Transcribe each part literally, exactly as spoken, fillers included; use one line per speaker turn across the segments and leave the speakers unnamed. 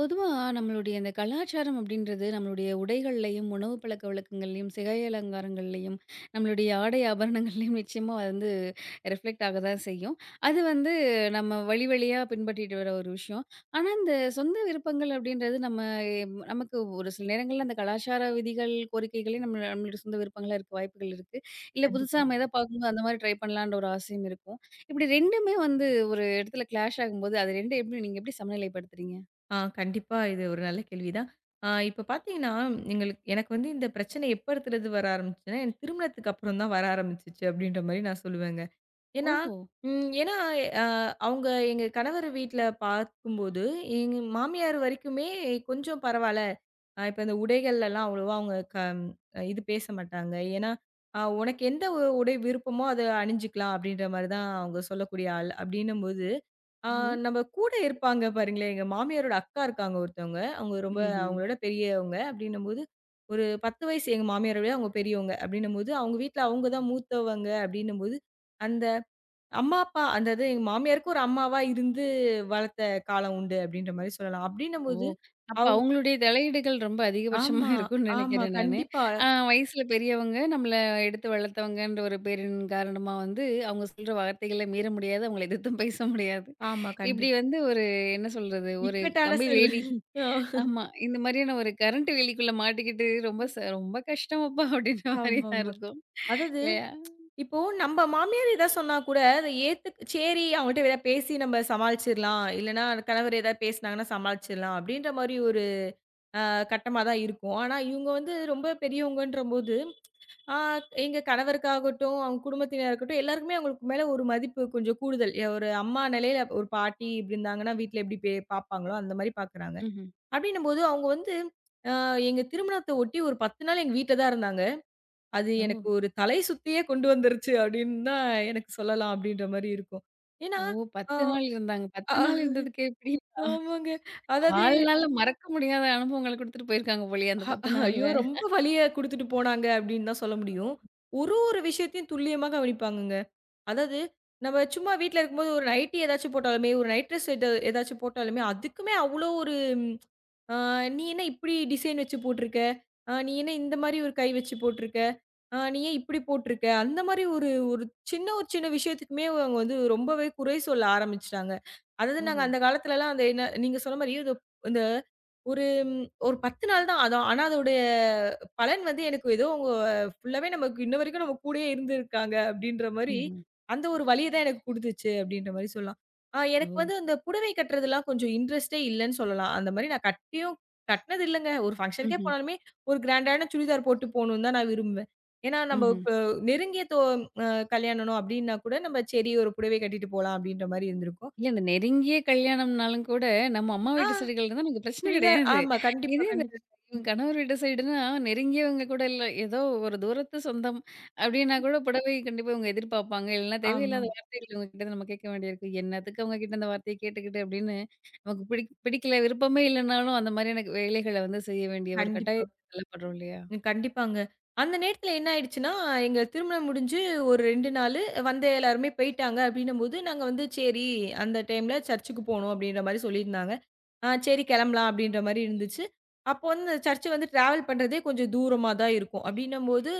பொதுவாக நம்மளுடைய இந்த கலாச்சாரம் அப்படின்றது நம்மளுடைய உடைகள்லையும் உணவு பழக்க வழக்கங்கள்லையும் சிகை அலங்காரங்கள்லையும் நம்மளுடைய ஆடை ஆபரணங்கள்லையும் நிச்சயமாக வந்து ரெஃப்ளெக்ட் ஆக தான் செய்யும். அது வந்து நம்ம வழி வழியாக பின்பற்றிட்டு வர ஒரு விஷயம். ஆனால் இந்த சொந்த விருப்பங்கள் அப்படின்றது நம்ம எம், நமக்கு ஒரு சில நேரங்களில் அந்த கலாச்சார விதிகள் கோரிக்கைகளே நம்ம நம்மளுடைய சொந்த விருப்பங்களாக இருக்க வாய்ப்புகள் இருக்குது. இல்லை புதுசாக
கண்டிப்பா.
நம்ம எதாவது பார்க்கும்போது அந்த மாதிரி ட்ரை பண்ணலான்ற ஒரு ஆசையும் இருக்கும். இப்படி ரெண்டுமே வந்து ஒரு இடத்துல கிளாஷ் ஆகும்போது அது ரெண்டும் எப்படி நீங்கள் எப்படி சமநிலைப்படுத்துறீங்க?
ஆ கண்டிப்பா இது ஒரு நல்ல கேள்விதான். ஆ இப்ப பார்த்தீங்கன்னா, எங்களுக்கு எனக்கு வந்து இந்த பிரச்சனை எப்ப இருந்து வர ஆரம்பிச்சுச்சுன்னா, என் திருமணத்துக்கு அப்புறம் தான் வர ஆரம்பிச்சுச்சு அப்படின்ற மாரி நான் சொல்லுவேங்க. ஏன்னா,
ஓஹோ.
ம் ஏன்னா அ அவங்க எங்க கணவர் வீட்ல பார்க்கும்போது, எங்க மாமியார் வரைக்குமே கொஞ்சம் பரவால்ல. அ இப்ப இந்த உடைகள்லலாம் அவ்வளவா அவங்க க ம், அஹ் இது பேச மாட்டாங்க. ஏன்னா, அ "உனக்கு எந்த உ உடை விருப்பமோ அத அணிஞ்சுக்கலாம்." அப்படின்ற மாரி தான் அவங்க சொல்லக்கூடிய ஆள். அப்படின்னும்போது, அ
ஓ!
நம்ம கூட இருப்பாங்க பாருங்களேன், எங்க மாமியாரோட அக்கா இருக்காங்க ஒருத்தவங்க. அவங்க ரொம்ப
ம்ஹ்ம்.
அவங்களோட பெரியவங்க. அப்படின்னும்போது, ஒரு பத்து வயசு எங்க மாமியார விட அவங்க பெரியவங்க. அப்படின்னும்போது, அவங்க வீட்ல அவங்க தான் மூத்தவங்க அப்படின்னும்போது, அந்த அம்மா, அப்பா அந்த இது எங்க மாமியாருக்கு ஒரு அம்மாவா இருந்து வளர்த்த காலம் உண்டு அப்படின்ற மாரி சொல்லலாம்.
ஓ!
அப்படின்னும்போது,
அப்ப
அவங்க
அவங்களுடைய தலையீடுகள் ரொம்ப அதிகபட்சமா
ஆமா,
இருக்கும்னு
ஆமா.
நினைக்கிறேன் நானு.
கண்டிப்பா.
ஆ வயசுல பெரியவங்க, நம்மள எடுத்து வளர்த்தவங்கன்ற ஒரு பேரின் காரணமா வந்து, அவங்க சொல்ற வார்த்தைகள மீற முடியாது. அவங்கள எதிர்த்தும் பேச முடியாது.
ஆமா,
இப்படி
கண்டிப்பா.
வந்து ஒரு என்ன சொல்றது? ஒரு
இக்கட்டான
கம்பி
சூழ்
வேலி. ஆமா. இந்த மாரியான ஒரு கரண்ட் வேலிக்குள்ள மாட்டிக்கிட்டு ரொம்ப ச ரொம்ப கஷ்டம் அப்பா அப்படின்ற மாரி தான்
ஆமாமா.
இருக்கும்.
அதாவது
இல்லையா?
இப்போ நம்ம மாமியார் ஏதாவது சொன்னா கூட அத ஏத்துக் சரி அவங்கட்ட ஏதாவது பேசி நம்ம சமாளிச்சிரலாம். இல்லன்னா கணவர் ஏதாவது பேசினாங்கன்னா சமாளிச்சிரலாம் அப்படின்ற மாரி ஒரு அ கட்டமா தான் இருக்கும். ஆனா இவங்க வந்து ரொம்ப பெரியவங்கன்றபோது, ஆ எங்க கணவருக்காகட்டும், அவங்க குடும்பத்தினரா இருக்கட்டும் எல்லாருக்குமே அவங்களுக்கு மேல ஒரு மதிப்பு கொஞ்சம் கூடுதல். எ- ஒரு அம்மா நிலையில ஒரு பாட்டி இப்படி இருந்தாங்கன்னா வீட்ல எப்படி பே பார்ப்பாங்களோ அந்த மாரி பார்க்குறாங்க.
ம்ஹ்ம்.
அப்படின்னும்போது அவங்க வந்து அ எங்க திருமணத்த ஒட்டி ஒரு பத்து நாள் எங்க வீட்ல தான் இருந்தாங்க. அது
ஓ!
எனக்கு ஒரு தலை சுத்தியே கொண்டு வந்துருச்சு அப்படின்னு தான் எனக்கு சொல்லலாம் அப்படின்ற மாரி இருக்கும். ஏன்னா,
ஓ!
அ
பத்து நாள் இருந்தாங்க. பத்து
அ
நாள் இருந்ததுக்கே இப்படி நான்கு
ஆமாங்க. அதாவது
நாள்ல மறக்க முடியாத அனுபவங்கள குடுத்துட்டு போயிருக்காங்க போலயே அந்த
அ-
பத்து நாள்ல.
ஐயோ! ரொம்ப வலிய குடுத்துட்டு போனாங்க அப்படின்னு தான் சொல்ல முடியும். ஒரு ஒரு விஷயத்தையும் துல்லியமா கவனிப்பாங்கங்க. அதாவது, நம்ம சும்மா வீட்ல இருக்கும்போது ஒரு நைட்டி ஏதாச்சும் போட்டாலுமே, ஒரு நைட் ட்ரெஸ் எத ஏதாச்சும் போட்டாலுமே, அதுக்குமே அவ்ளோ ஒரு அ "நீ என்ன இப்படி டிசைன் வச்சு போட்டுருக்க? அ நீ என்ன இந்த மாரி ஒரு கை வச்சு போட்டுருக்க? அ நீ ஏன் இப்படி போட்டுருக்க?" அந்த மாரி ஒரு ஒரு சின்ன ஒரு சின்ன விஷயத்துக்குமே அவங்க வந்து ரொம்பவே குறை சொல்ல ஆரம்பிச்சுட்டாங்க. அதாவது நாங்க
ஓஹோ!
அந்த காலத்துலலாம் அந்த என்ன நீங்க சொன்ன மாரி இது இந்த ஒரு ம், ஒரு பத்து நாள் தான். அதான் ஆனா அதோடைய பலன் வந்து எனக்கு ஏதோ அவங்க ஃபுல்லாவே நமக்கு இன்ன வரைக்கும் நம்ம கூடயே இருந்திருக்காங்க அப்படின்ற மாரி
ம்ஹ்ம்.
அந்த ஒரு வலிய தான் எனக்கு குடுத்துச்சு அப்படின்ற மாரி சொல்லலாம். ஆ
ஓ!
எனக்கு வந்து அந்த புடவை கட்டுறதெல்லாம் கொஞ்சம் இன்ட்ரெஸ்ட்டே இல்லன்னு சொல்லலாம். அந்த மாரி நான் கட்டியும் கட்னது இல்லங்க. ஒரு ஃபங்ஷனுக்கே
ம்ஹ்ம்.
போனாலுமே ஒரு கிராண்டான சுடிதார் போட்டு போணும்னு தான் நான் விரும்புவேன். ஏன்னா நம்ம
ம்ஹ்ம்.
இப்ப நெருங்கிய தோ அ கல்யாணம் அப்படின்னா கூட நம்ம சரி ஒரு புடவை கட்டிட்டு போலாம் அப்படின்ற மாரி இருந்திருக்கும்.
இல்ல இந்த நெருங்கிய கல்யாணம்னாலும் கூட, நம்ம அம்மா
ஆ
வீட்டு சைடுகள் இருந்தா நமக்கு பிரச்சனை
சுடிதார்
கிடையாது.
ஆமா. கண்டிப்பா,
இதே இந்த
கண்டிப்பா.
இவங்க கணவர் வீட்டு சைடுனா, நெருங்கியவங்க கூட இல்ல. ஏதோ ஒரு தூரத்து சொந்தம் அப்டின்னா கூட புடவை கண்டிப்பா இவங்க எதிர்பார்ப்பாங்க. இல்லன்னா
ஆமா.
தேவையில்லாத வார்த்தைகள் இவங்க கிட்ட நம்ம கேட்க வேண்டியிருக்கும். "என்னத்துக்கு அவங்க கிட்ட அந்த வார்த்தைய கேட்டுக்கிட்டு" அப்டின்னு நமக்கு பிடிக் பிடிக்கல, விருப்பமே இல்லனாலும் அந்த மாரியான வேலைகள வந்து செய்ய வேண்டிய ஒரு
கண்டிப்பா.
கட்டாயத்துல தள்ளப்படுறோம் இல்லையா?
ம். கண்டிப்பாங்க. அந்த நேரத்துல என்ன ஆயிடுச்சுன்னா, எங்க திருமணம் முடிஞ்சு ஒரு ரெண்டு நாளு வந்த எல்லாருமே போயிட்டாங்க அப்படின்னும்போது, நாங்க வந்து சரி அந்த டைம்ல சர்ச்சுக்கு போணும் அப்படின்ற மாரி சொல்லியிருந்தாங்க. ஆ சரி கிளம்பலாம் அப்படின்ற மாரி இருந்துச்சு. அப்போ வந்து அந்த சர்ச் வந்து டிராவல் பண்றதே கொஞ்சம் தூரமா தான் இருக்கும். அப்படின்னும்போது,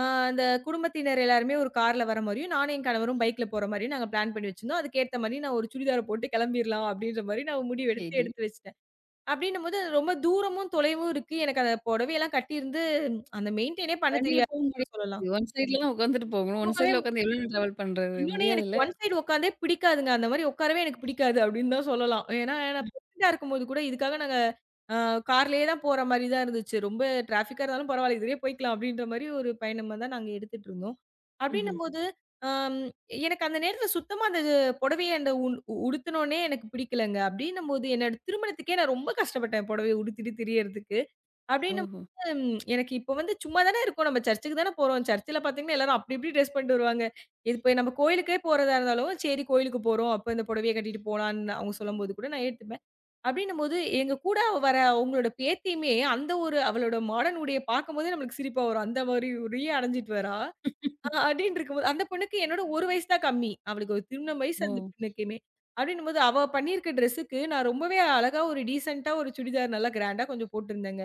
ஆ அந்த குடும்பத்தினர் எல்லாருமே ஒரு கார்ல வர மாரியும், நானும் என் கணவரும் பைக்ல போற மாரியும் நாங்க பிளான் பண்ணி வச்சிருந்தோம். அதுக்கேத்த மாரி நான் ஒரு சுடிதார போட்டு கிளம்பிரலாம் அப்படின்ற மாரி நான் முடிவெடுத்து
சரி.
எடுத்து வச்சுட்டேன். அப்படின்னும்போது, ரொம்ப தூரமும், தொலைவும் இருக்கு. எனக்கு அந்த புடவையெல்லாம் கட்டியிருந்து அந்த மெயின்டெய்னே பண்ண
வண்டியில
தெரியாது
போக
தான்
முடியாது.
சொல்லலாம்.
ஒன் சைட்ல தான் உட்காந்துட்டு போகணும். ஒன்
போகவே
சைட்ல உட்காந்து எவ்ளோ டிராவல் பண்றது?
இன்னொன்னு எனக்கு
முடியாதுல்ல.
ஒன் சைடு உட்காந்தே பிடிக்காதுங்க. அந்த மாரி உட்காரவே எனக்கு பிடிக்காது அப்படின்னு தான் சொல்லலாம். ஏன்னா, நான் ப்ரெக்னன்ட்டா இருக்கும்போது கூட இதுக்காக நாங்க அ கார்லயே தான் போற மாரி தான் இருந்துச்சு. ரொம்ப டிராஃபிக்கா இருந்தாலும் பரவால்ல, இதுலயே போய்க்கலாம் அப்படின்ற மாரி ஒரு பயணமா தான் நாங்க எடுத்துட்டு இருந்தோம்.
ம்ஹ்ம்.
அப்படின்னும்போது, அம் எனக்கு அந்த நேரத்தில சுத்தமா அந்த புடவைய அந்த உ உடுத்துனோனே எனக்கு பிடிக்கலங்க. அப்படின்னும்போது என்னோட திருமணத்துக்கே நான் ரொம்ப கஷ்டப்பட்டேன் புடவைய உடுத்திட்டு திரியறதுக்கு. அப்டின்னும்
ஓஹோ!
போது எனக்கு இப்ப வந்து சும்மா தானே இருக்கோம். நம்ம சர்ச்சுக்கு தானே போறோம். சர்ச்சில பார்த்தீங்கன்னா, எல்லாரும் அப்டி இப்டி ட்ரெஸ் பண்ணிட்டு வருவாங்க. இது இப்ப நம்ம கோயிலுக்கே போறதா இருந்தாலும், சரி கோயிலுக்கு போறோம். அப்ப இந்த புடவைய கட்டிட்டு போலான்னு அவங்க சொல்லும்போது கூட நான் ஏத்துப்பேன். அப்டின்னும்போது எங்க கூட வர அவங்களோட பேத்தியுமே, அந்த ஒரு அவளோட மாடர்ன் உடைய பார்க்கும்போதே நம்மளுக்கு சிரிப்பா வரும். அந்த மாரி உடைய அணிஞ்சிட்டு வரா. அ அப்டின்னு இருக்கும்போது அந்த பொண்ணுக்கு என்னோட ஒரு வயசு தான் கம்மி. அவளுக்கு ஒரு திருமண வயசு
ஓ!
அந்த பொண்ணுக்குமே. அப்டின்னும்போது அவ பண்ணியிருக்க ட்ரெஸ்ஸுக்கு நான் ரொம்பவே அழகா ஒரு டீசென்ட்டா ஒரு சுடிதார் நல்லா கிராண்டா கொஞ்சம் போட்டிருந்தேங்க.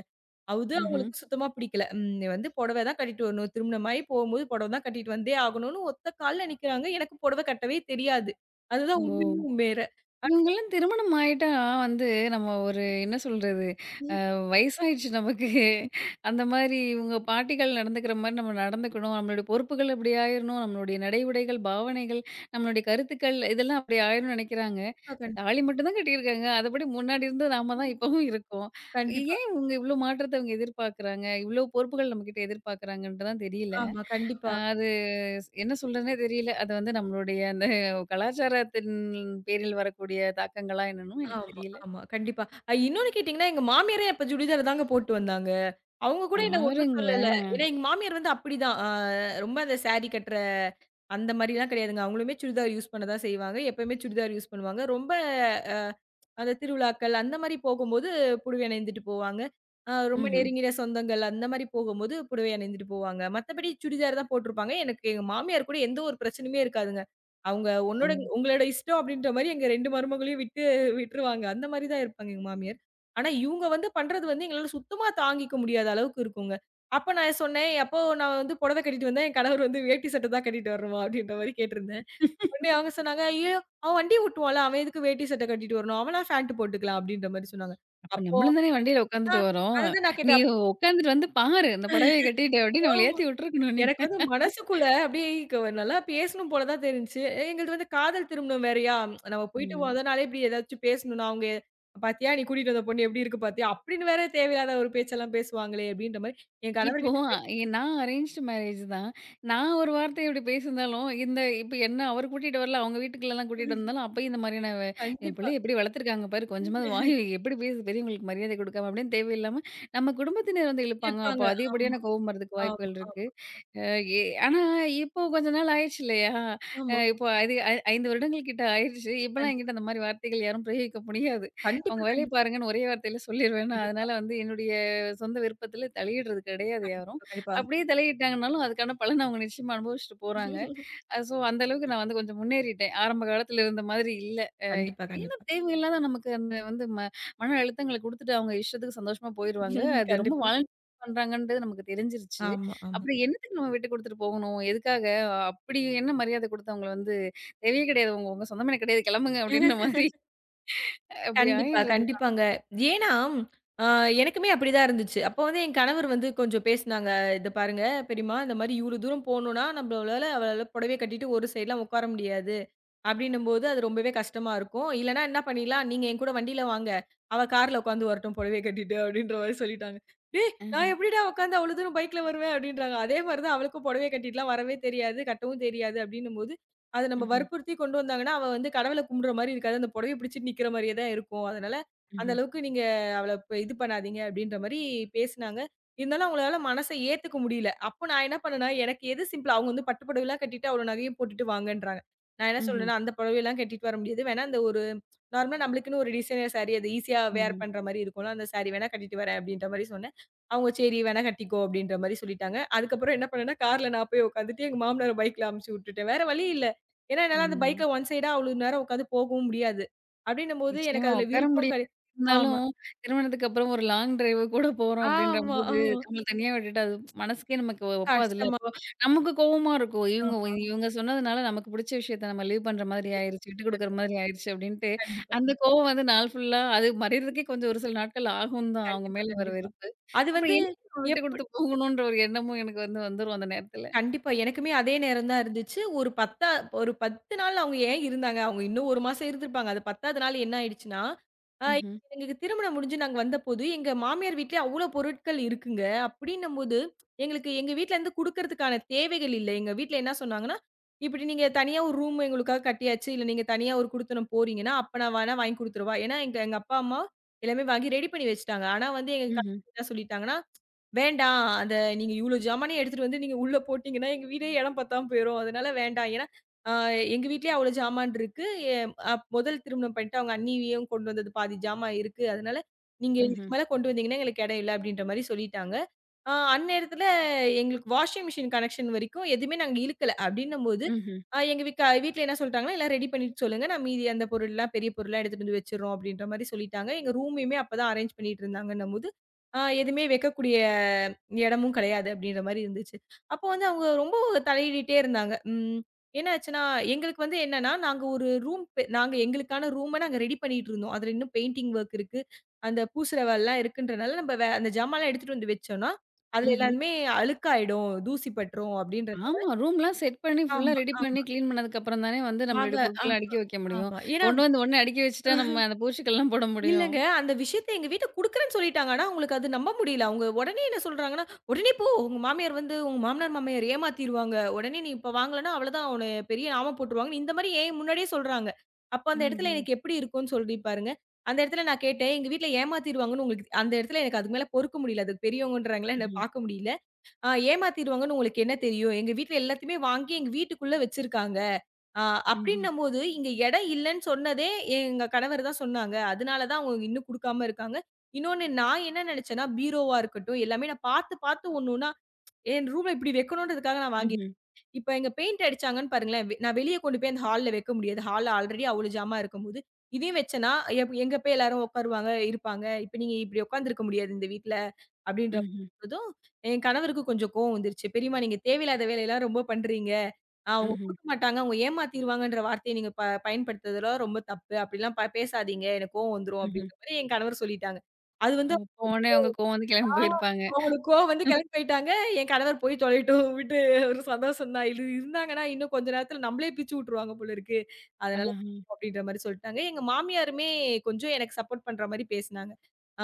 அது
ம்ஹ்ம்.
அவங்களுக்கு சுத்தமா பிடிக்கல. ம் நீ வந்து புடவை தான் கட்டிட்டு வரணும். திருமணமாயி போகும்போது புடவை தான் கட்டிட்டு வந்தே ஆகணும்னு ஒத்த கால்ல நிக்கிறாங்க. எனக்கு புடவை கட்டவே தெரியாது. அதுதான்
ஓ!
உண்மையும் உண்மையிற.
இவங்கலாம் திருமணம் ஆயிட்டா வந்து நம்ம ஒரு என்ன சொல்றது? வயசாயிடுச்சு நமக்கு. அந்த மாரி இவுங்க பாட்டிகள் நடந்துக்கிற மாரி நம்ம நடந்துக்கணும். நம்மளுடைய பொறுப்புகள் அப்படி ஆயிரணும். நம்மளுடைய நடை, உடைகள், பாவனைகள், நம்மளுடைய கருத்துக்கள் இதெல்லாம் அப்படி ஆயிரணும்னு நெனைக்கிறாங்க.
கண்டிப்பா, கண்டிப்பா,
தாலி மட்டும் தான் கட்டியிருக்காங்க. அதபடி முன்னாடி இருந்தது நாம தான் இப்பவும் இருக்கோம்.
கண்டிப்பா.
ஏன் இவுங்க இவ்ளோ மாற்றத்த இவுங்க எதிர்பார்க்குறாங்க? இவ்ளோ பொறுப்புகள் நம்மகிட்ட எதிர்பார்க்குறாங்கன்ட்டு தான் தெரியல.
ஆமா,
அ
கண்டிப்பா.
அது ஸ்- என்ன சொல்றதுன்னே தெரியல. அது வந்து நம்மளுடைய அந்த கலாச்சாரத்தின் பேரில் வரக்கூடிய தாக்கங்களா என்னன்னும் எனக்கு
ஆமா,
தெரியல.
ஆமா. கண்டிப்பா. அ இன்னொன்னு கேட்டீங்கன்னா, எங்க மாமியாரே அப்ப சுடிதார் தாங்க போட்டு வந்தாங்க. அவங்க கூட என்ன ஒண்ணும் சொல்லல.
பாருங்களேன்.
ஏன்னா எங்க மாமியார் வந்து அப்படிதான். அ ரொம்ப அந்த சாரி கட்டுறது அந்த மாரிலாம் கிடையாதுங்க. அவங்களுமே சுடிதார் யூஸ் பண்ண தான் செய்வாங்க. எப்பயுமே சுடிதார் யூஸ் பண்ணுவாங்க. ரொம்ப அ அந்த திருவிழாக்கள் அந்த மாரி போகும்போது புடவை அணிந்துட்டு போவாங்க. அ ரொம்ப ம்ஹ்ம்.
ம்ஹ்ம்.
நெருங்கிய சொந்தங்கள் அந்த மாரி போகும்போது புடவை அணிந்துட்டு போவாங்க. மத்தபடி சுடிதார் தான் போட்டிருப்பாங்க. எனக்கு எங்க மாமியார் கூட எந்த ஒரு பிரச்சனையுமே இருக்காதுங்க. அவங்க
ஓ!
உன்னோட ம். உங்களோட இஷ்டம் அப்படின்ற மாரி எங்க ரெண்டு மருமகளையும் விட்டு விட்டுருவாங்க. அந்த மாரி தான் இருப்பாங்க எங்க மாமியார். ஆனா இவங்க வந்து பண்றது வந்து எங்களால சுத்தமா தாங்கிக்க முடியாத அளவுக்கு இருக்குங்க. அப்ப நான் சொன்னேன், "அப்போ நான் வந்து புடவை கட்டிட்டு வந்தேன். என் கணவர் வந்து வேட்டி சட்டை தான் கட்டிட்டு வரணுமா?" அப்படின்ற மாரி கேட்டிருந்தேன். உடனே அவங்க சொன்னாங்க, "ஐயயோ! அவன் வண்டி ஓட்டுவான்ல, அவன் எதுக்கு வேட்டி சட்டை கட்டிட்டு வரணும்? அவனா ஃபேண்ட் போட்டுக்கலாம்." அப்படின்ற மாரி சொன்னாங்க.
அப்ப
அப்போ
நம்மளும் தானே வண்டியில
ஆ
உட்காந்துட்டு வரோம்.
அதுதான் நான்
நீ
கேட்டேன்.
உட்காந்துட்டு வந்து பாரு, இந்த புடவைய கட்டிட்டு அப்படின்னு
அப்போ
அவங்கள ஏத்தி விட்டுருக்கணும் நீங்க.
எனக்கு வந்து மனசுக்குள்ள அப்படியே க நல்லா பேசணும் போல தான் தெரிஞ்சுச்சு. எ- எங்களுது வந்து காதல் திருமணம் வேறயா, நம்ம போயிட்டு
ம்.
மொத நாளே இப்படி ஏதாச்சும் பேசணும்னா, அவங்க "பாத்தியா நீ கூட்டிட்டு வந்த பொண்ணு எப்படி இருக்கு பாத்தியா?" அப்படின்னு வேற தேவையில்லாத ஒரு பேச்செல்லாம் பேசுவாங்களே! அப்படின்ற மாரி என்
இப்போ
கணவர்கிட்ட
எ நான் அரேஞ்ச்டு மேரேஜ் தான். நான் ஒரு வார்த்தை இப்படி பேசியிருந்தாலும், இந்த இப்ப என்ன அவர் கூட்டிட்டு வரல, அவங்க வீட்டுக்குள்ளலாம் கூட்டிட்டு வந்தாலும், அப்பயும் இந்த மாதிரியான வ என்
கண்டிப்பா
பிள்ளைய எப்படி வளர்த்துருக்காங்க பாரு, கொஞ்சமாவது வாய் வை, எப்படி பேசுது, பெரியவங்களுக்கு மரியாதை குடுக்காம அப்படின்னு தேவையில்லாம நம்ம குடும்பத்தினர் வந்து இழுப்பாங்க.
கேட்பாங்க.
அப்போ
ஆமா,
அதிகப்படியான கோவம் வரதுக்கு
ஆமா,
வாய்ப்புகள் இருக்கு.
ஆமா.
அ எ ஆனா இப்போ கொஞ்ச நாள் ஆயிருச்சு இல்லையா? அ
ஆமா.
இப்போ அது ஐ ஐந்து வருடங்கள் கிட்ட ஆயிருச்சு. இப்பலாம்
கண்டிப்பா.
என்கிட்ட அந்த மாரி வார்த்தைகள் யாரும் பிரயோகிக்க முடியாது. அவங்க
கண்டிப்பா,
வேலைய
கண்டிப்பா,
பாருங்கன்னு ஒரே வார்த்தையில சொல்லிருவேனா,
கண்டிப்பா,
அதனால வந்து என்னுடைய சொந்த விருப்பத்தில தலையிடுறது கிடையாது யாரும்.
கண்டிப்பா, கண்டிப்பா.
அப்படியே தலையிட்டாங்கனாலும், அதுக்கான பலன அவங்க நிச்சயமா அனுபவிச்சுட்டு போறாங்க. அ சோ அந்த அளவுக்கு நான் வந்து கொஞ்சம் முன்னேறிட்டேன். ஆரம்ப காலத்துல இருந்த மாதிரி இல்ல. அ
கண்டிப்பா,
ஏன்னா
கண்டிப்பா.
தேவையில்லாத நமக்கு அந்த வந்து ம மன அழுத்தங்கள குடுத்துட்டு அவங்க இஷ்டத்துக்கு சந்தோஷமா போயிருவாங்க. அது ரொம்ப
கண்டிப்பா.
வாலண்ட் பண்றாங்கன்றது நமக்கு தெரிஞ்சிருச்சு.
ஆமா, ஆமா.
அப்புறம் என்னத்துக்கு நம்ம விட்டு குடுத்துட்டு போகணும்? எதுக்காக? அப்படி என்ன மரியாதை குடுத்து அவங்கள வந்து தேவையே கிடையாது. உங்க உங்க சொந்தமே எனக்கு கிடையாது. கிளம்புங்க அப்படின்ற மாதிரி அப்படி
கண்டிப்பா,
ஆயிடுறது.
கண்டிப்பாங்க. ஏன்னா, அ எனக்குமே அப்படிதான் இருந்துச்சு. அப்போ வந்து என் கணவர் வந்து கொஞ்சம் பேசுனாங்க. "இத பாருங்க பெரியம்மா, இந்த மாரி இவ்வளோ தூரம் போணும்னா, நம்மளால அவளால புடவைய கட்டிட்டு ஒரு சைட்லாம் உட்கார முடியாது. அப்படின்னும்போது அது ரொம்பவே கஷ்டமா இருக்கும். இல்லன்னா என்ன பண்ணிடலாம், நீங்க என் கூட வண்டியில வாங்க. அவ கார்ல உட்காந்து வரட்டும் புடவைய கட்டிட்டு" அப்படின்ற மாரி சொல்லிட்டாங்க. "டேய்!
ஆஹ.
நான் எப்படிடா உட்காந்து அவ்வளோ தூரம் பைக்ல வருவேன்?" அப்படின்றாங்க. அதே மாரி தான் அவளுக்கும் புடவைய கட்டிட்டுலாம் வரவே தெரியாது, கட்டவும் தெரியாது. அப்படின்னும்போது அத நம்ம
ம்ஹ்ம்.
வற்புறுத்தி கொண்டு வந்தாங்கன்னா, அவ வந்து கடவுள கும்பிடுற மாரி இருக்காது. அந்த புடவைய பிடிச்சுட்டு நிக்கிற மாரியே தான் இருக்கும். அதனால, அந்த
ம்ஹ்ம்.
அளவுக்கு நீங்க அவள இப்ப இது பண்ணாதீங்க அப்டின்ற மாரி பேசுனாங்க. இருந்தாலும் அவங்களால மனச ஏத்துக்க முடியல. அப்போ நான் என்ன பண்ணேன்னா, எனக்கு எது சிம்பிள் அவங்க வந்து பட்டு புடவைலாம் கட்டிட்டு அவ்ளோ நகையும் போட்டுட்டு வாங்கன்றாங்க. நான் என்ன
ம்ஹ்ம்.
சொல்றேன்னா, அந்த புடவையெல்லாம் கட்டிட்டு வர முடியாது. வேணா அந்த ஒரு நார்மலா நம்மளுக்குன்னு ஒரு டிசைனர் சாரி அது ஈஸியா வேர்
ம்ஹ்ம்.
பண்ற மாரி இருக்கும்ல. அந்த சாரி வேணா கட்டிட்டு வரேன் அப்டின்ற மாரி சொன்னேன். அவங்க சரி வேணா கட்டிக்கோ அப்டின்ற மாரி சொல்லிட்டாங்க. அதுக்கப்புறம் என்ன பண்ணேன்னா, கார்ல நான் போய் உட்காந்துட்டு எங்க மாமனார பைக்ல அனுப்பிச்சு விட்டுட்டேன். வேற வழி இல்ல. ஏன்னா, என்னால
ம்ஹ்ம்.
அந்த
ம்.
பைக்ல ஒன் சைடா அவ்ளோ நேரம் உட்காந்து போகவும் முடியாது. அப்டின்னும்போது எனக்கு
நிச்சயமா
அதுல
உட்கார
விருப்பம்
முடியாது.
கிடை ஆமா,
இருந்தாலும், திருமணத்துக்கு அப்புறம் ஒரு லாங் டிரைவ் கூட போறோம்
ஆமா,
அப்படின்றபோது,
ஆமா.
நம்மள தனியா விட்டுட்டு அது மனசுக்கே நமக்கு ஒப்பாதுல்ல.
கஷ்டமா
அப்போ நமக்கு கோவமா இருக்கும். இவங்க
ஆமா.
இவங்க சொன்னதுனால நமக்கு புடிச்ச விஷயத்த நம்ம லீவ் பண்ற மாதிரி
அப்படி
ஆயிருச்சு, விட்டு குடுக்குற மாதிரி ஆயிருச்சு அப்படின்ட்டு,
கண்டிப்பா,
அந்த கோவம் வந்து நாள் ஃபுல்லா அது மறையறதுக்கே கொஞ்சம் ஒரு சில நாட்கள் ஆகும் தான் அவங்க
கண்டிப்பா,
மேல வர
கண்டிப்பா.
வெறுப்பு.
அது
அப்புறம்
வந்து
என்ன விட்டு
எப்
குடுத்து போகணுன்ற ஒரு எண்ணமும் எனக்கு வந்து வந்துரும் அந்த நேரத்துல.
கண்டிப்பா. எனக்குமே அதே நேரம் தான் இருந்துச்சு. ஒரு பத்து ஒரு பத்து நாள் அவங்க ஏன் இருந்தாங்க? அவங்க இன்னும் ஒரு மாசம் இருந்திருப்பாங்க. அது பத்தாவது நாள் என்ன ஆயிடுச்சுன்னா, அ
ம்ஹ்ம்.
எங்களுக்கு திருமணம் முடிஞ்சு நாங்க வந்தபோது, எங்க மாமியார் வீட்ல அவ்ளோ பொருட்கள் இருக்குங்க. அப்படின்னும்போது, எங்களுக்கு எங்க வீட்லருந்து குடுக்கறதுக்கான தேவைகள் இல்ல. எங்க வீட்ல என்ன சொன்னாங்கன்னா, "இப்படி நீங்க தனியா ஒரு ரூம் எங்களுக்காக கட்டியாச்சு. இல்ல நீங்க தனியா ஒரு குடுத்தனம் போறீங்கன்னா, அப்ப நான் வேணா வாங்கி குடுத்துறவா?" ஏன்னா எங்க எங்க அப்பா, அம்மா எல்லாமே வாங்கி ரெடி பண்ணி வச்சுட்டாங்க. ஆனா வந்து எங்க
ம்ஹ்ம்.
கணவர் என்ன சொல்லிட்டாங்கன்னா, வேண்டாம். அத நீங்க இவ்ளோ ஜாமானையும் எடுத்துட்டு வந்து நீங்க உள்ள போட்டீங்கன்னா, எங்க வீடே இடம் பத்தாம போயிரும். அதனால வேண்டாம். ஏன்னா, அ எங்க வீட்லயே அவ்ளோ ஜாமான் இருக்கு. எ அப் முதல் திருமணம் பண்ணிட்டு அவங்க அண்ணியும் கொண்டு வந்தது பாதி ஜாமான் இருக்கு. அதனால நீங்க
ம்ஹ்ம்.
இதுக்கு மேல கொண்டு வந்தீங்கன்னா, எங்களுக்கு இடம் இல்ல அப்டின்ற மாரி சொல்லிட்டாங்க. அ அந்நேரத்துல எங்களுக்கு வாஷிங் மிஷின் கனெக்ஷன் வரைக்கும் எதுவுமே நாங்க இழுக்கல. அப்டின்னும்போது,
ம்ஹ்ம்.
அ எங்க வீக்க வீட்ல என்ன சொல்ட்டாங்கன்னா, "எல்லாம் ரெடி பண்ணிட்டு சொல்லுங்க. நான் மீதி அந்த பொருள்லாம் பெரிய பொருள்லாம் எடுத்துட்டு வந்து வச்சுர்றோம்" அப்டின்ற மாரி சொல்லிட்டாங்க. எங்க ரூமையுமே அப்பதான் அரேஞ்ச் பண்ணிட்டு இருந்தாங்கன்னும்போது ஆ எதுவுமே வைக்கக்கூடிய இடமும் கிடையாது அப்படின்ற மாரி இருந்துச்சு. அப்போ வந்து அவங்க ரொம்ப தலையிடிட்டே இருந்தாங்க. ம். என்ன ஆச்சுன்னா, எங்களுக்கு வந்து என்னன்னா, நாங்க ஒரு ரூம் பெ நாங்க எங்களுக்கான ரூம நாங்க ரெடி பண்ணிட்டு இருந்தோம். அதுல இன்னும் பெயிண்டிங் வொர்க் இருக்கு. அந்த பூசுற வேலைலாம் இருக்குன்றனால நம்ம வே அந்த ஜாமான்லாம் எடுத்துட்டு வந்து வச்சோம்னா, அதுல
ம்ஹ்ம்.
எல்லாமே அழுக்காயிடும், தூசி பட்டுரும் அப்படின்றது.
ஆமா. ரூம்லாம் செட் பண்ணி, ஃபுல்லா
ஆமா,
ரெடி பண்ணி,
ஆமா.
கிளீன் பண்ணதுக்கப்புறம் தானே வந்து
நாங்க
நம்மளுடைய பொருட்கள்லாம்
ஆமா,
அடுக்கி வைக்க முடியும்.
ஆமா. ஏன்னா
கொண்டு வந்து உடனே அடுக்கி வச்சுட்டா, நம்ம அந்த பூச்சிக்கள்லாம் போட முடியும்.
இல்லங்க. அந்த விஷயத்த எங்க வீட்ல குடுக்குறேன்னு சொல்லிட்டாங்க. ஆனா, அவங்களுக்கு அது நம்ப முடியல. அவங்க உடனே என்ன சொல்றாங்கன்னா, "உடனே போ! உங்க மாமியார் வந்து உங்க மாமனார், மாமியார் ஏமாத்திருவாங்க. உடனே நீ இப்ப வாங்கலன்னா, அவ்வளதான் உன்னைய பெரிய ஆம போட்டுருவாங்கன்னு" இந்த மாரி ஏன் முன்னாடியே சொல்றாங்க. அப்ப அந்த இடத்துல
ம்ஹ்ம்.
எனக்கு எப்படி இருக்கும்ன்னு சொல்லி பாருங்க. அந்த இடத்துல நான் கேட்டேன், "எங்க வீட்ல ஏமாத்திருவாங்கன்னு உங்களுக்கு" அந்த இடத்துல எனக்கு அதுக்கு மேல பொறுக்க முடியல. அதுக்கு பெரியவங்கன்றாங்களா என்ன
ம்ஹ்ம்.
பார்க்க முடியல. ஆ ஏமாத்திருவாங்கன்னு உங்களுக்கு என்ன தெரியும்? எங்க வீட்ல எல்லாத்தையுமே வாங்கி எங்க வீட்டுக்குள்ள வச்சிருக்காங்க. ஆ
ம்ஹ்ம்.
அப்டின்னம்போது, இங்க இடம் இல்லன்னு சொன்னதே எங்க கணவர் தான் சொன்னாங்க. அதனால தான் அவங்க இன்னும் குடுக்காம இருக்காங்க. இன்னொன்னு நான் என்ன நெனச்சேன்னா, பீரோவா இருக்கட்டும், எல்லாமே நான் பார்த்து, பார்த்து ஒண்ணு ஒண்ணா என் ரூம்ல இப்டி வைக்கணுன்றதுக்காக நான் வாங்கி
ம்ஹ்ம்.
இப்ப எங்க பெயிண்ட் அடிச்சாங்கன்னு பாருங்களேன், வெ நான் வெளிய கொண்டு போய் அந்த ஹால்ல வைக்க முடியாது. ஹால் ஆல்ரெடி அவ்ளோ ஜாமா இருக்கும்போது, இதையும் வச்சேன்னா, எப் எங்க போய் எல்லாரும் உட்காருவாங்க, இருப்பாங்க. இப்ப நீங்க இப்டி உட்கார்ந்திருக்க முடியாது இந்த வீட்ல. அப்படின்ற
ம்ஹ்ம்.
பொழுதும், என் கணவருக்கு கொஞ்சம் கோவம் வந்துருச்சு. "பெரியம்மா நீங்க தேவையில்லாத வேலையெல்லாம் ரொம்ப பண்றீங்க. அ அவங்க
ம்ஹ்ம்.
குடுக்க மாட்டாங்க, அவங்க ஏமாத்திருவாங்கன்ற வார்த்தைய நீங்க ப பயன்படுத்துறதெல்லாம் ரொம்ப தப்பு. அப்படிலாம் ப பேசாதீங்க. எனக்கு கோவம் வந்துரும்."
ம்ஹ்ம்.
அப்படின்ற மாரி என் கணவர் சொல்லிட்டாங்க. அது
ஓ!
வந்து
போனே அவங்க கோவம் வந்து
ஆ
கிளம்பி போயிருப்பாங்க.
அவங்களுக்கு கோவம் வந்து கெளம்பி போயிட்டாங்க. என் கணவர் போய் தொலையட்டும் விட்டு ஒரு சந்தோஷம் தான். இது இருந்தாங்கன்னா இன்னும் கொஞ்ச நேரத்துல நம்மளே பிச்சு விட்டுருவாங்க போல இருக்கு. அதனால
ஆஹா.
அப்படின்ற மாரி சொல்ட்டாங்க. எங்க மாமியாருமே கொஞ்சம் எனக்கு சப்போர்ட் பண்ற மாரி பேசுனாங்க.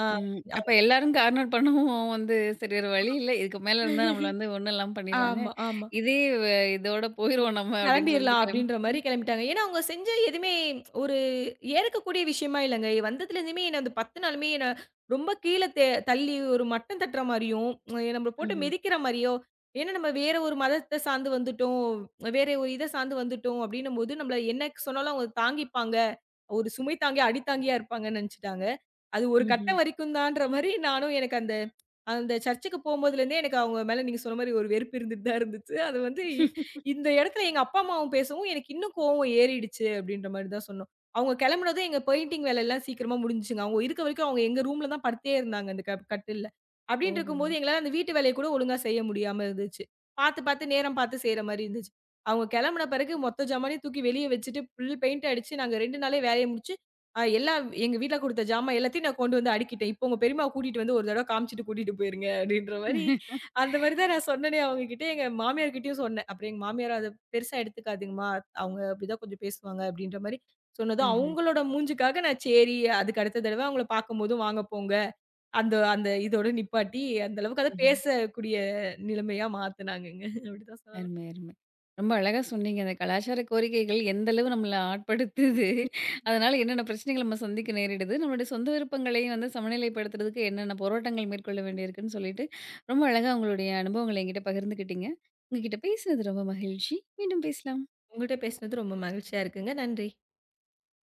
ஆ
ம். அப்ப எல்லாரும் கார்னர் பண்ணவும் வந்து சரி வேற வழி இல்ல. இதுக்கு மேல இருந்தா நம்மள வந்து ஒண்ணும் இல்லாம பண்ணிருவாங்க.
ஆமா, ஆமா.
இதே வ இதோட போயிருவோம் நம்ம அப்டின்னு
கெளம்பிர்லாம்
சொல்லிட்டு கிளம்பி
அப்டின்ற மாரி கெளம்பிட்டாங்க. ஏன்னா, அவங்க செஞ்ச எதுவுமே ஒரு ஏற்கக்கூடிய விஷயமா இல்லங்க. வந்ததுலேருந்துமே என்ன அந்த பத்து நாளுமே என்ன ரொம்ப கீழ தே தள்ளி ஒரு மட்டம் தட்டுற மாரியும், நம்மள போட்டு
ம்ஹ்ம்.
மிதிக்கிற மாரியோ, ஏன்னா நம்ம வேற ஒரு மதத்த சார்ந்து வந்துட்டோம், வேற ஒரு இத சார்ந்து வந்துட்டோம் அப்டின்னும்போது, நம்மள என்ன சொன்னாலும் அவங்க தாங்கிப்பாங்க. ஒரு சுமை தாங்கி, அடி தாங்கியா இருப்பாங்கன்னு நெனச்சுட்டாங்க. அது ஒரு
ம்ஹ்ம்.
கட்டம் வரைக்கும் தான்ற மாரி நானும் எனக்கு அந்த அந்த சர்ச்சுக்கு போம்போதுலேருந்தே எனக்கு அவங்க மேல நீங்க சொன்ன மாரி ஒரு வெறுப்பு இருந்துட்டு தான் இருந்துச்சு. அது வந்து இந்த இடத்துல எங்க அப்பா, அம்மாவும் பேசவும் எனக்கு இன்னும் கோவம் ஏறிடுச்சு அப்படின்ற மாரி தான் சொன்னோம். அவங்க கிளம்புனதும் எங்க பெயிண்டிங் வேலைலாம் சீக்கிரமா முடிஞ்சுச்சுங்க. அவங்க இருக்க வரைக்கும் அவங்க எங்க ரூம்ல தான் படுத்தே இருந்தாங்க அந்த க கட்டில்ல. அப்படின்னு
ஓஹோ!
இருக்கும்போது எங்களால அந்த வீட்டு வேலைய கூட ஒழுங்கா செய்ய முடியாம இருந்துச்சு. பார்த்து, பார்த்து நேரம் பார்த்து செய்ற மாரி இருந்துச்சு. அவங்க கிளம்புன பிறகு மொத்த ஜாமானையும் தூக்கி வெளிய வச்சுட்டு ஃபுல் பெயிண்ட் அடிச்சு நாங்க ரெண்டு நாளே வேலைய முடிச்சு, அ எல்லா எங்க வீட்ல குடுத்த ஜாமான் எல்லாத்தையும் நான் கொண்டு வந்து அடுக்கிட்டேன். இப்போ உங்க பெரியம்மாவ கூட்டிட்டு வந்து ஒரு தடவ காமிச்சுட்டு கூட்டிட்டு போயிருங்க அப்படின்ற மாரி அந்த மாரி தான் நான் சொன்னனே அவங்ககிட்ட. எங்க மாமியார் கிட்டயும் சொன்னேன். அப்புறம் எங்க மாமியார் அத பெருசா எடுத்துக்காதீங்கம்மா. அவங்க அப்படிதான் கொஞ்சம் பேசுவாங்க அப்படின்ற மாரி சொன்னதும்,
ம்ஹ்ம்.
அவங்களோட மூஞ்சுக்காக நான் சரி அதுக்கு அடுத்த தடவ அவங்கள பார்க்கும்போதும் வாங்க போங்க. அந்த அந்த இதோட நிப்பாட்டி அந்த அளவுக்கு அத
ம்ஹ்ம்.
பேசக்கூடிய நிலைமையா மாத்துனாங்கங்க. அப்படிதான் சொல்லலாம்.
அருமை, அருமை. ரொம்ப அழகா சொன்னீங்க. அந்த கலாச்சார கோரிக்கைகள் எந்த அளவு நம்மள ஆட்படுத்துது. அதனால என்னென்ன பிரச்சனைகள் நம்ம சந்திக்க நேரிடுது. நம்மளுடைய சொந்த விருப்பங்களையும் வந்து சமநிலைப்படுத்துறதுக்கு என்னென்ன போராட்டங்கள் மேற்கொள்ள வேண்டியிருக்குன்னு சொல்லிட்டு, ரொம்ப அழகா உங்களுடைய அனுபவங்கள என்கிட்ட பகிர்ந்துக்கிட்டீங்க. உங்க கிட்ட பேசினது ரொம்ப மகிழ்ச்சி. மீண்டும் பேசலாம்.
உங்கள்ட்ட பேசினது ரொம்ப மகிழ்ச்சியா இருக்குங்க. நன்றி.